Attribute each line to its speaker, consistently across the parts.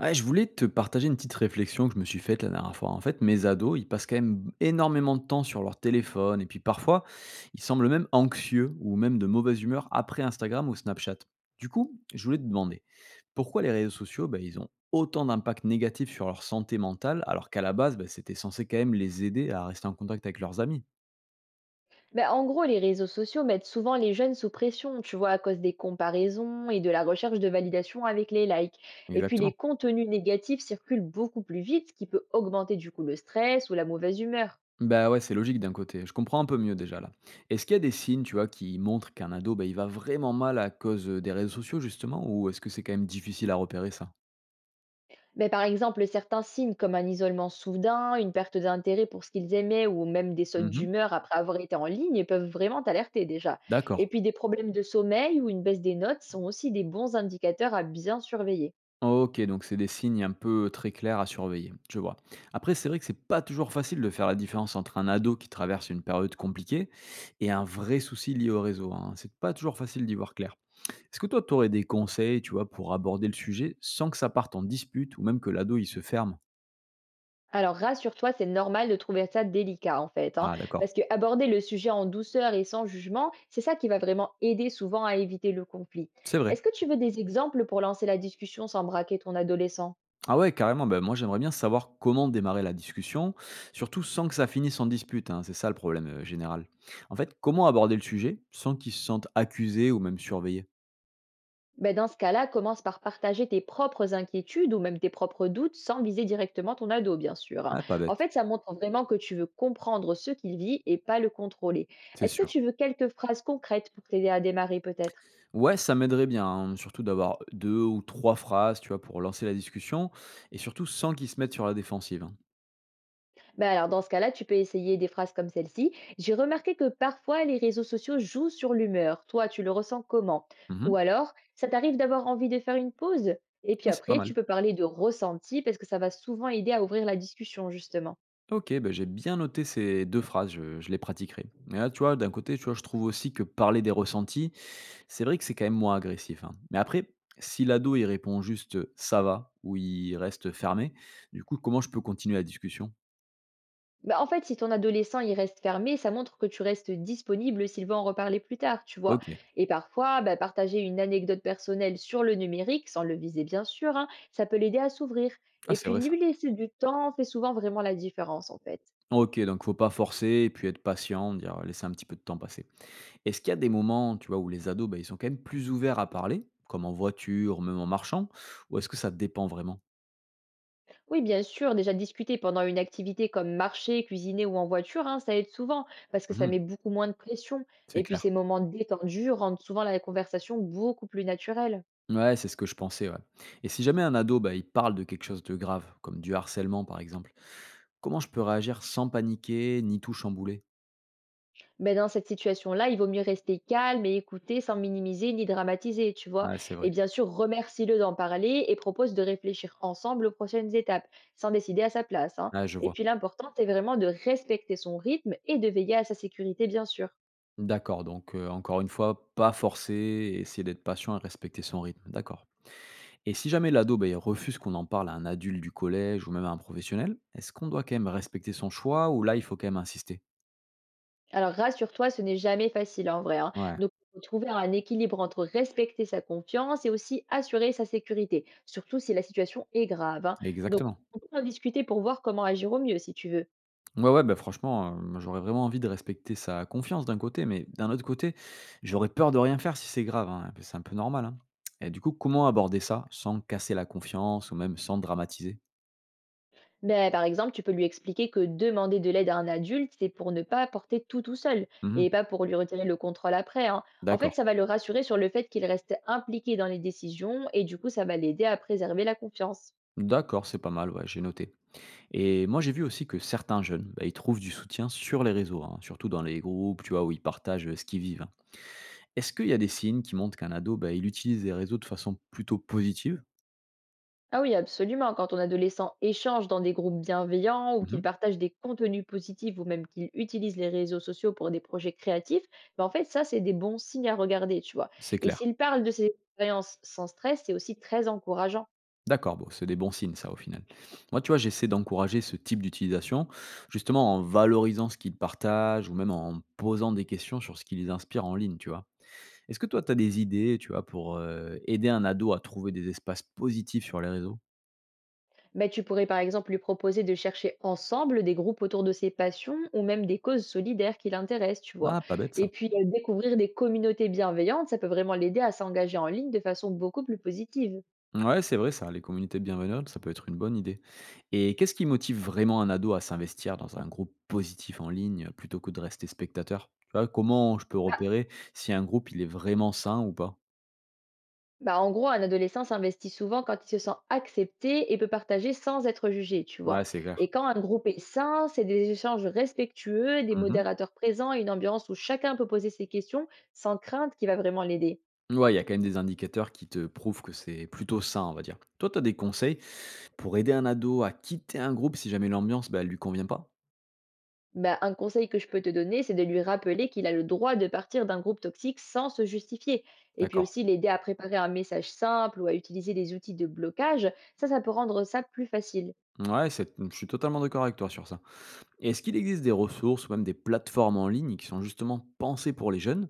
Speaker 1: Ouais, je voulais te partager une petite réflexion que je me suis faite la dernière fois. En fait, mes ados, ils passent quand même énormément de temps sur leur téléphone et puis parfois, ils semblent même anxieux ou même de mauvaise humeur après Instagram ou Snapchat. Du coup, je voulais te demander pourquoi les réseaux sociaux, bah, ils ont autant d'impact négatif sur leur santé mentale alors qu'à la base, bah, c'était censé quand même les aider à rester en contact avec leurs amis.
Speaker 2: Ben en gros, les réseaux sociaux mettent souvent les jeunes sous pression, tu vois, à cause des comparaisons et de la recherche de validation avec les likes. Et puis, les
Speaker 1: Exactement.
Speaker 2: contenus négatifs circulent beaucoup plus vite, ce qui peut augmenter du coup le stress ou la mauvaise humeur.
Speaker 1: Bah, ouais, c'est logique d'un côté. Je comprends un peu mieux déjà là. Est-ce qu'il y a des signes, tu vois, qui montrent qu'un ado, bah, il va vraiment mal à cause des réseaux sociaux justement, ou est-ce que c'est quand même difficile à repérer ça?
Speaker 2: Mais par exemple, certains signes comme un isolement soudain, une perte d'intérêt pour ce qu'ils aimaient ou même des sautes
Speaker 1: Mhm.
Speaker 2: d'humeur après avoir été en ligne peuvent vraiment t'alerter déjà. Et
Speaker 1: D'accord.
Speaker 2: puis, des problèmes de sommeil ou une baisse des notes sont aussi des bons indicateurs à bien surveiller.
Speaker 1: Ok, donc c'est des signes un peu très clairs à surveiller. Je vois. Après, c'est vrai que c'est pas toujours facile de faire la différence entre un ado qui traverse une période compliquée et un vrai souci lié au réseau, hein. C'est pas toujours facile d'y voir clair. Est-ce que toi, tu aurais des conseils, tu vois, pour aborder le sujet sans que ça parte en dispute ou même que l'ado il se ferme?
Speaker 2: Alors rassure-toi, c'est normal de trouver ça délicat en fait, hein,
Speaker 1: Ah,
Speaker 2: parce
Speaker 1: d'accord.
Speaker 2: que aborder le sujet en douceur et sans jugement, c'est ça qui va vraiment aider souvent à éviter le conflit.
Speaker 1: C'est vrai.
Speaker 2: Est-ce que tu veux des exemples pour lancer la discussion sans braquer ton adolescent?
Speaker 1: Ah ouais, carrément. Ben, moi, j'aimerais bien savoir comment démarrer la discussion, surtout sans que ça finisse en dispute, hein. C'est ça le problème général. En fait, comment aborder le sujet sans qu'ils se sentent accusés ou même surveillés?
Speaker 2: Ben, dans ce cas-là, commence par partager tes propres inquiétudes ou même tes propres doutes sans viser directement ton ado, bien sûr, hein.
Speaker 1: Ah, pas
Speaker 2: En
Speaker 1: bête,
Speaker 2: fait, ça montre vraiment que tu veux comprendre ce qu'il vit et pas le contrôler.
Speaker 1: c'est
Speaker 2: Est-ce que
Speaker 1: sûr.
Speaker 2: tu veux quelques phrases concrètes pour t'aider à démarrer peut-être?
Speaker 1: Ouais, ça m'aiderait bien, hein, surtout d'avoir deux ou trois phrases, tu vois, pour lancer la discussion, et surtout sans qu'ils se mettent sur la défensive, hein.
Speaker 2: Bah alors dans ce cas-là, tu peux essayer des phrases comme celle-ci. J'ai remarqué que parfois les réseaux sociaux jouent sur l'humeur. Toi, tu le ressens comment? Ou
Speaker 1: Mhm.
Speaker 2: alors, ça t'arrive d'avoir envie de faire une pause? Et puis
Speaker 1: Ah, c'est pas
Speaker 2: après, tu
Speaker 1: mal.
Speaker 2: peux parler de ressenti parce que ça va souvent aider à ouvrir la discussion, justement.
Speaker 1: Ok, ben j'ai bien noté ces deux phrases, je les pratiquerai. Mais là, tu vois, d'un côté, tu vois, je trouve aussi que parler des ressentis, c'est vrai que c'est quand même moins agressif, hein. Mais après, si l'ado, il répond juste, «Ça va» ou il reste fermé, du coup, comment je peux continuer la discussion?
Speaker 2: Bah en fait, si ton adolescent il reste fermé, ça montre que tu restes disponible s'il veut en reparler plus tard, tu vois.
Speaker 1: OK.
Speaker 2: Et parfois, bah, partager une anecdote personnelle sur le numérique, sans le viser bien sûr, hein, ça peut l'aider à s'ouvrir.
Speaker 1: Ah,
Speaker 2: Et
Speaker 1: c'est
Speaker 2: puis
Speaker 1: vrai ça.
Speaker 2: lui laisser du temps fait souvent vraiment la différence en fait.
Speaker 1: OK, donc faut pas forcer et puis être patient, dire laisser un petit peu de temps passer. Est-ce qu'il y a des moments, tu vois, où les ados, bah, ils sont quand même plus ouverts à parler, comme en voiture, même en marchant, ou est-ce que ça dépend vraiment?
Speaker 2: Oui, bien sûr, déjà discuter pendant une activité comme marcher, cuisiner ou en voiture, hein, ça aide souvent parce que ça
Speaker 1: Mmh.
Speaker 2: met beaucoup moins de pression.
Speaker 1: C'est
Speaker 2: Et puis ces
Speaker 1: clair.
Speaker 2: moments détendus rendent souvent la conversation beaucoup plus naturelle.
Speaker 1: Ouais, c'est ce que je pensais, ouais. Et si jamais un ado, bah, il parle de quelque chose de grave, comme du harcèlement, par exemple, comment je peux réagir sans paniquer ni tout chambouler?
Speaker 2: Mais dans cette situation-là, il vaut mieux rester calme et écouter sans minimiser ni dramatiser, tu vois.
Speaker 1: Ouais, c'est
Speaker 2: Et
Speaker 1: vrai.
Speaker 2: bien sûr, remercie-le d'en parler et propose de réfléchir ensemble aux prochaines étapes, sans décider à sa place, hein.
Speaker 1: Ouais, je
Speaker 2: Et
Speaker 1: vois.
Speaker 2: puis l'important, c'est vraiment de respecter son rythme et de veiller à sa sécurité, bien sûr.
Speaker 1: D'accord, donc encore une fois, pas forcer et essayer d'être patient et respecter son rythme, d'accord. Et si jamais l'ado, ben il refuse qu'on en parle à un adulte du collège ou même à un professionnel, est-ce qu'on doit quand même respecter son choix ou là, il faut quand même insister?
Speaker 2: Alors rassure-toi, ce n'est jamais facile hein, en vrai, hein.
Speaker 1: Ouais,
Speaker 2: Donc, il faut trouver un équilibre entre respecter sa confiance et aussi assurer sa sécurité, surtout si la situation est grave, hein. Donc,
Speaker 1: exactement.
Speaker 2: on peut en discuter pour voir comment agir au mieux si tu veux.
Speaker 1: Ouais, ouais, bah, franchement, j'aurais vraiment envie de respecter sa confiance d'un côté, mais d'un autre côté, j'aurais peur de rien faire si c'est grave, hein, c'est un peu normal, hein. Et du coup, comment aborder ça sans casser la confiance ou même sans dramatiser?
Speaker 2: Mais par exemple, tu peux lui expliquer que demander de l'aide à un adulte, c'est pour ne pas porter tout tout seul
Speaker 1: Mmh.
Speaker 2: et pas pour lui retirer le contrôle après, hein. En fait,
Speaker 1: D'accord,
Speaker 2: ça va le rassurer sur le fait qu'il reste impliqué dans les décisions et du coup, ça va l'aider à préserver la confiance.
Speaker 1: d'accord, c'est pas mal, ouais, j'ai noté. Et moi, j'ai vu aussi que certains jeunes, bah, ils trouvent du soutien sur les réseaux, hein, surtout dans les groupes, tu vois, où ils partagent ce qu'ils vivent, hein. Est-ce qu'il y a des signes qui montrent qu'un ado, bah, il utilise les réseaux de façon plutôt positive?
Speaker 2: Ah oui, absolument. Quand ton adolescent échange dans des groupes bienveillants ou qu'il
Speaker 1: Mhm.
Speaker 2: partage des contenus positifs ou même qu'il utilise les réseaux sociaux pour des projets créatifs, ben en fait, ça, c'est des bons signes à regarder, tu vois.
Speaker 1: C'est
Speaker 2: Et
Speaker 1: clair.
Speaker 2: s'il parle de ses expériences sans stress, c'est aussi très encourageant.
Speaker 1: D'accord, bon, c'est des bons signes, ça, au final. Moi, tu vois, j'essaie d'encourager ce type d'utilisation, justement en valorisant ce qu'ils partagent ou même en posant des questions sur ce qui les inspire en ligne, tu vois. Est-ce que toi, tu as des idées, tu vois, pour aider un ado à trouver des espaces positifs sur les réseaux?
Speaker 2: Ben, tu pourrais par exemple lui proposer de chercher ensemble des groupes autour de ses passions ou même des causes solidaires qui l'intéressent, tu vois.
Speaker 1: Ah, pas bête,
Speaker 2: Et
Speaker 1: ça.
Speaker 2: puis, découvrir des communautés bienveillantes, ça peut vraiment l'aider à s'engager en ligne de façon beaucoup plus positive.
Speaker 1: Ouais, c'est vrai ça, les communautés bienveillantes, ça peut être une bonne idée. Et qu'est-ce qui motive vraiment un ado à s'investir dans un groupe positif en ligne plutôt que de rester spectateur? Tu vois, comment je peux
Speaker 2: Bah,
Speaker 1: repérer si un groupe il est vraiment sain ou pas?
Speaker 2: Bah, en gros, un adolescent s'investit souvent quand il se sent accepté et peut partager sans être jugé, tu vois.
Speaker 1: Ouais, c'est
Speaker 2: Et
Speaker 1: clair.
Speaker 2: quand un groupe est sain, c'est des échanges respectueux, des
Speaker 1: Mhm.
Speaker 2: modérateurs présents et une ambiance où chacun peut poser ses questions sans crainte qui va vraiment l'aider.
Speaker 1: Ouais, il y a quand même des indicateurs qui te prouvent que c'est plutôt sain, on va dire. Toi, tu as des conseils pour aider un ado à quitter un groupe si jamais l'ambiance, bah, elle lui convient pas?
Speaker 2: Bah, un conseil que je peux te donner, c'est de lui rappeler qu'il a le droit de partir d'un groupe toxique sans se justifier. Et puis
Speaker 1: D'accord.
Speaker 2: aussi l'aider à préparer un message simple ou à utiliser des outils de blocage. Ça peut rendre ça plus facile.
Speaker 1: Ouais, je suis totalement d'accord avec toi sur ça. Est-ce qu'il existe des ressources ou même des plateformes en ligne qui sont justement pensées pour les jeunes?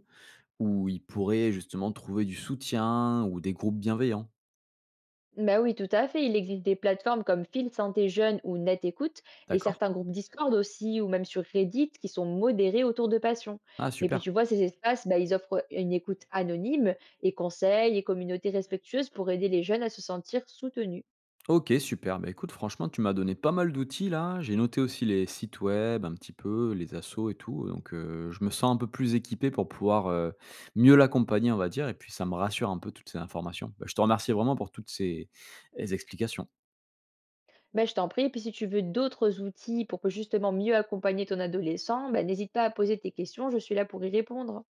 Speaker 1: Où ils pourraient justement trouver du soutien ou des groupes bienveillants,
Speaker 2: Bah oui, tout à fait. Il existe des plateformes comme Fil Santé Jeune ou Net Écoute et
Speaker 1: d'accord?
Speaker 2: certains groupes Discord aussi ou même sur Reddit qui sont modérés autour de passion.
Speaker 1: Ah
Speaker 2: Et puis
Speaker 1: super.
Speaker 2: tu vois, ces espaces, bah, ils offrent une écoute anonyme et conseils et communautés respectueuses pour aider les jeunes à se sentir soutenus.
Speaker 1: OK, super. Bah, écoute, franchement, tu m'as donné pas mal d'outils là. J'ai noté aussi les sites web un petit peu, les assos et tout, donc je me sens un peu plus équipé pour pouvoir, mieux l'accompagner, on va dire et puis ça me rassure un peu toutes ces informations. Bah, je te remercie vraiment pour toutes ces explications.
Speaker 2: Bah, je t'en prie. Et puis si tu veux d'autres outils pour justement mieux accompagner ton adolescent, bah, n'hésite pas à poser tes questions. Je suis là pour y répondre.